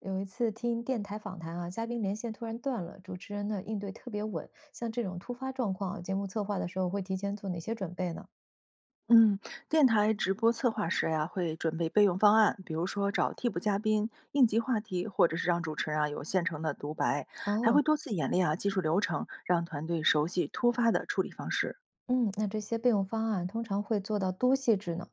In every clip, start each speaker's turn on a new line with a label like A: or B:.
A: 有一次听电台访谈啊，嘉宾连线突然断了，主持人呢应对特别稳。像这种突发状况啊节目策划的时候会提前做哪些准备呢？
B: 嗯，电台直播策划时呀，会准备备用方案，比如说找替补嘉宾、应急话题，或者是让主持人啊有现成的独白，还
A: 哦。
B: 会多次演练啊技术流程，让团队熟悉突发的处理方式。
A: 嗯，那这些备用方案通常会做到多细致呢？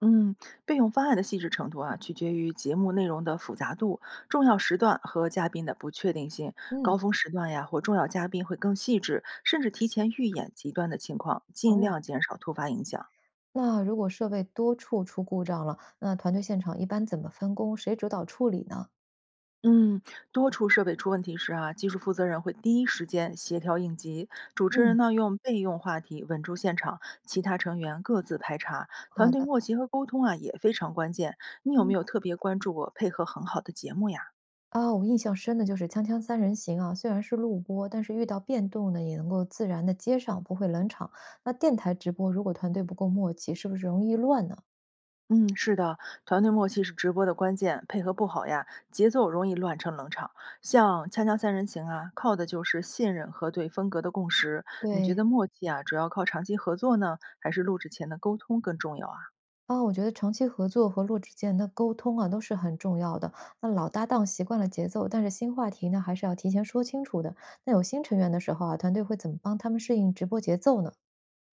B: 嗯，备用方案的细致程度啊，取决于节目内容的复杂度、重要时段和嘉宾的不确定性。
A: 嗯。
B: 高峰时段呀，或重要嘉宾会更细致，甚至提前预演极端的情况，尽
A: 哦，
B: 量减少突发影响。
A: 那如果设备多处出故障了，那团队现场一般怎么分工，谁主导处理呢？
B: 嗯，多处设备出问题时啊，技术负责人会第一时间协调应急，主持人
A: 嗯。
B: 呢用备用话题稳住现场，其他成员各自排查，团
A: 好
B: 队
A: 的。
B: 默契和沟通啊也非常关键。你有没
A: 嗯。
B: 有特别关注过配合很好的节目呀？
A: 啊，我印象深的就是《锵锵三人行》啊，虽然是录播，但是遇到变动呢，也能够自然的接上，不会冷场。那电台直播如果团队不够默契，是不是容易乱呢？
B: 嗯，是的，团队默契是直播的关键，配合不好呀，节奏容易乱成冷场。像《锵锵三人行》啊，靠的就是信任和对风格的共识。你觉
A: 对
B: 得默契啊，主要靠长期合作呢，还是录制前的沟通更重要啊？
A: 啊，我觉得长期合作和录指间的沟通啊，都是很重要的。那老搭档习惯了节奏，但是新话题呢，还是要提前说清楚的。那有新成员的时候啊，团队会怎么帮他们适应直播节奏呢？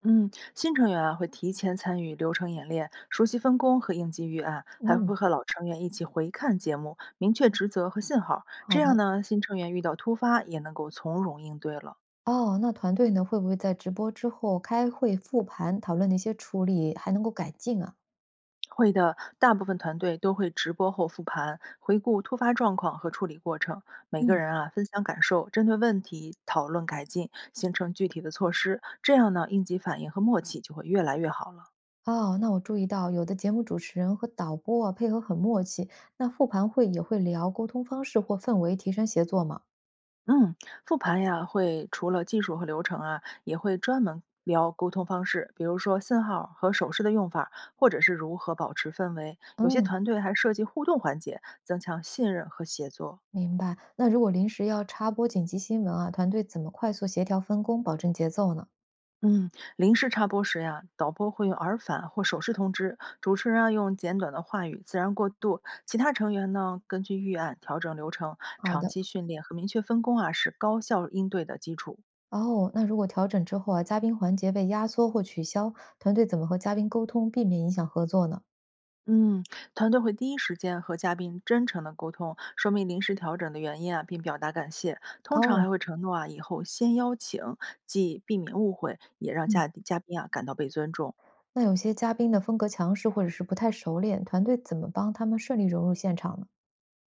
B: 嗯，新成员啊会提前参与流程演练，熟悉分工和应急预案，还会
A: 嗯，
B: 和老成员一起回看节目，明确职责和信号。
A: 好
B: 这样
A: 的。
B: 呢，新成员遇到突发也能够从容应对了。
A: 哦，那团队呢，会不会在直播之后开会复盘，讨论一些处理还能够改进啊？
B: 会的，大部分团队都会直播后复盘，回顾突发状况和处理过程。每个
A: 嗯。
B: 人啊分享感受，针对问题讨论改进，形成具体的措施。这样呢，应急反应和默契就会越来越好了。
A: 哦，那我注意到有的节目主持人和导播啊配合很默契，那复盘会也会聊沟通方式或氛围，提升协作嘛。
B: 嗯，复盘呀，会除了技术和流程啊，也会专门聊沟通方式，比如说信号和手势的用法，或者是如何保持氛围。有些
A: 嗯，
B: 团队还设计互动环节，增强信任和协作。
A: 明白。那如果临时要插播紧急新闻啊，团队怎么快速协调分工，保证节奏呢？
B: 嗯，临时插播时呀，导播会用耳返或手势通知，主持人啊用简短的话语自然过渡，其他成员呢根据预案调整流程。
A: 好
B: 长
A: 的。
B: 期训练和明确分工啊，是高效应对的基础。
A: 哦，那如果调整之后啊，嘉宾环节被压缩或取消，团队怎么和嘉宾沟通，避免影响合作呢？
B: 嗯，团队会第一时间和嘉宾真诚的沟通，说明临时调整的原因啊，并表达感谢。通常
A: 哦。
B: 还会承诺啊，以后先邀请，既避免误会，也让
A: 嗯，
B: 嘉嘉宾啊感到被尊重。
A: 那有些嘉宾的风格强势或者是不太熟练，团队怎么帮他们顺利融入现场呢？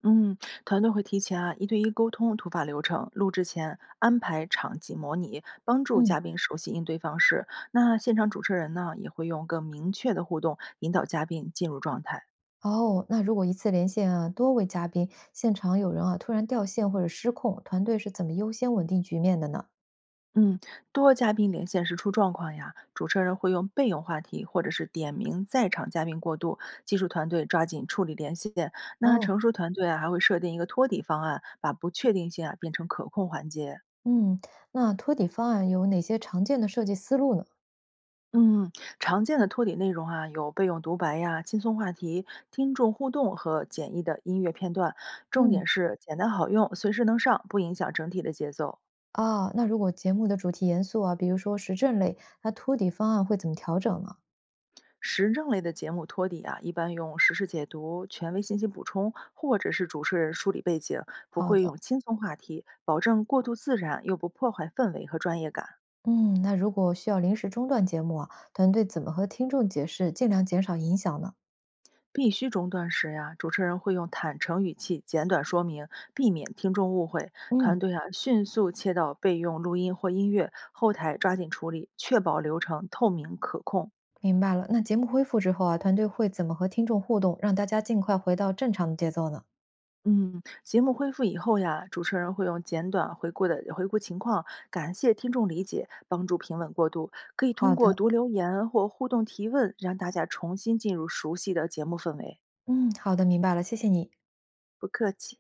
B: 嗯，团队会提前啊一对一沟通突发流程，录制前安排场景模拟，帮助
A: 嗯。
B: 嘉宾熟悉应对方式。那现场主持人呢，也会用更明确的互动引导嘉宾进入状态。
A: 哦，那如果一次连线啊，多位嘉宾，现场有人啊突然掉线或者失控，团队是怎么优先稳定局面的呢？
B: 嗯，多嘉宾连线时出状况呀，主持人会用备用话题或者是点名在场嘉宾过渡，技术团队抓紧处理连线。那
A: 哦。
B: 成熟团队啊，还会设定一个托底方案，把不确定性啊变成可控环节。
A: 嗯，那托底方案有哪些常见的设计思路呢？
B: 嗯，常见的托底内容啊，有备用独白呀、轻松话题、听众互动和简易的音乐片段，重
A: 嗯。
B: 点是简单好用，随时能上，不影响整体的节奏。
A: 啊，那如果节目的主题严肃啊，比如说时政类，那托底方案会怎么调整呢？
B: 时政类的节目托底啊，一般用时事解读、权威信息补充，或者是主持人梳理背景，不
A: 好
B: 会
A: 的。
B: 用轻松话题，保证过度自然又不破坏氛围和专业感。
A: 嗯，那如果需要临时中断节目啊，团队怎么和听众解释，尽量减少影响呢？
B: 必须中断时呀、主持人会用坦诚语气简短说明，避免听众误会。团
A: 嗯，
B: 队啊，迅速切到备用录音或音乐，后台抓紧处理，确保流程透明可控。
A: 明白了。那节目恢复之后啊，团队会怎么和听众互动，让大家尽快回到正常的节奏呢？
B: 嗯，节目恢复以后呀，主持人会用简短回顾的回顾情况，感谢听众理解，帮助平稳过渡。可以通
A: 好
B: 过
A: 的。
B: 读留言或互动提问，让大家重新进入熟悉的节目氛围。
A: 嗯，好的，明白了，谢谢你。
B: 不客气。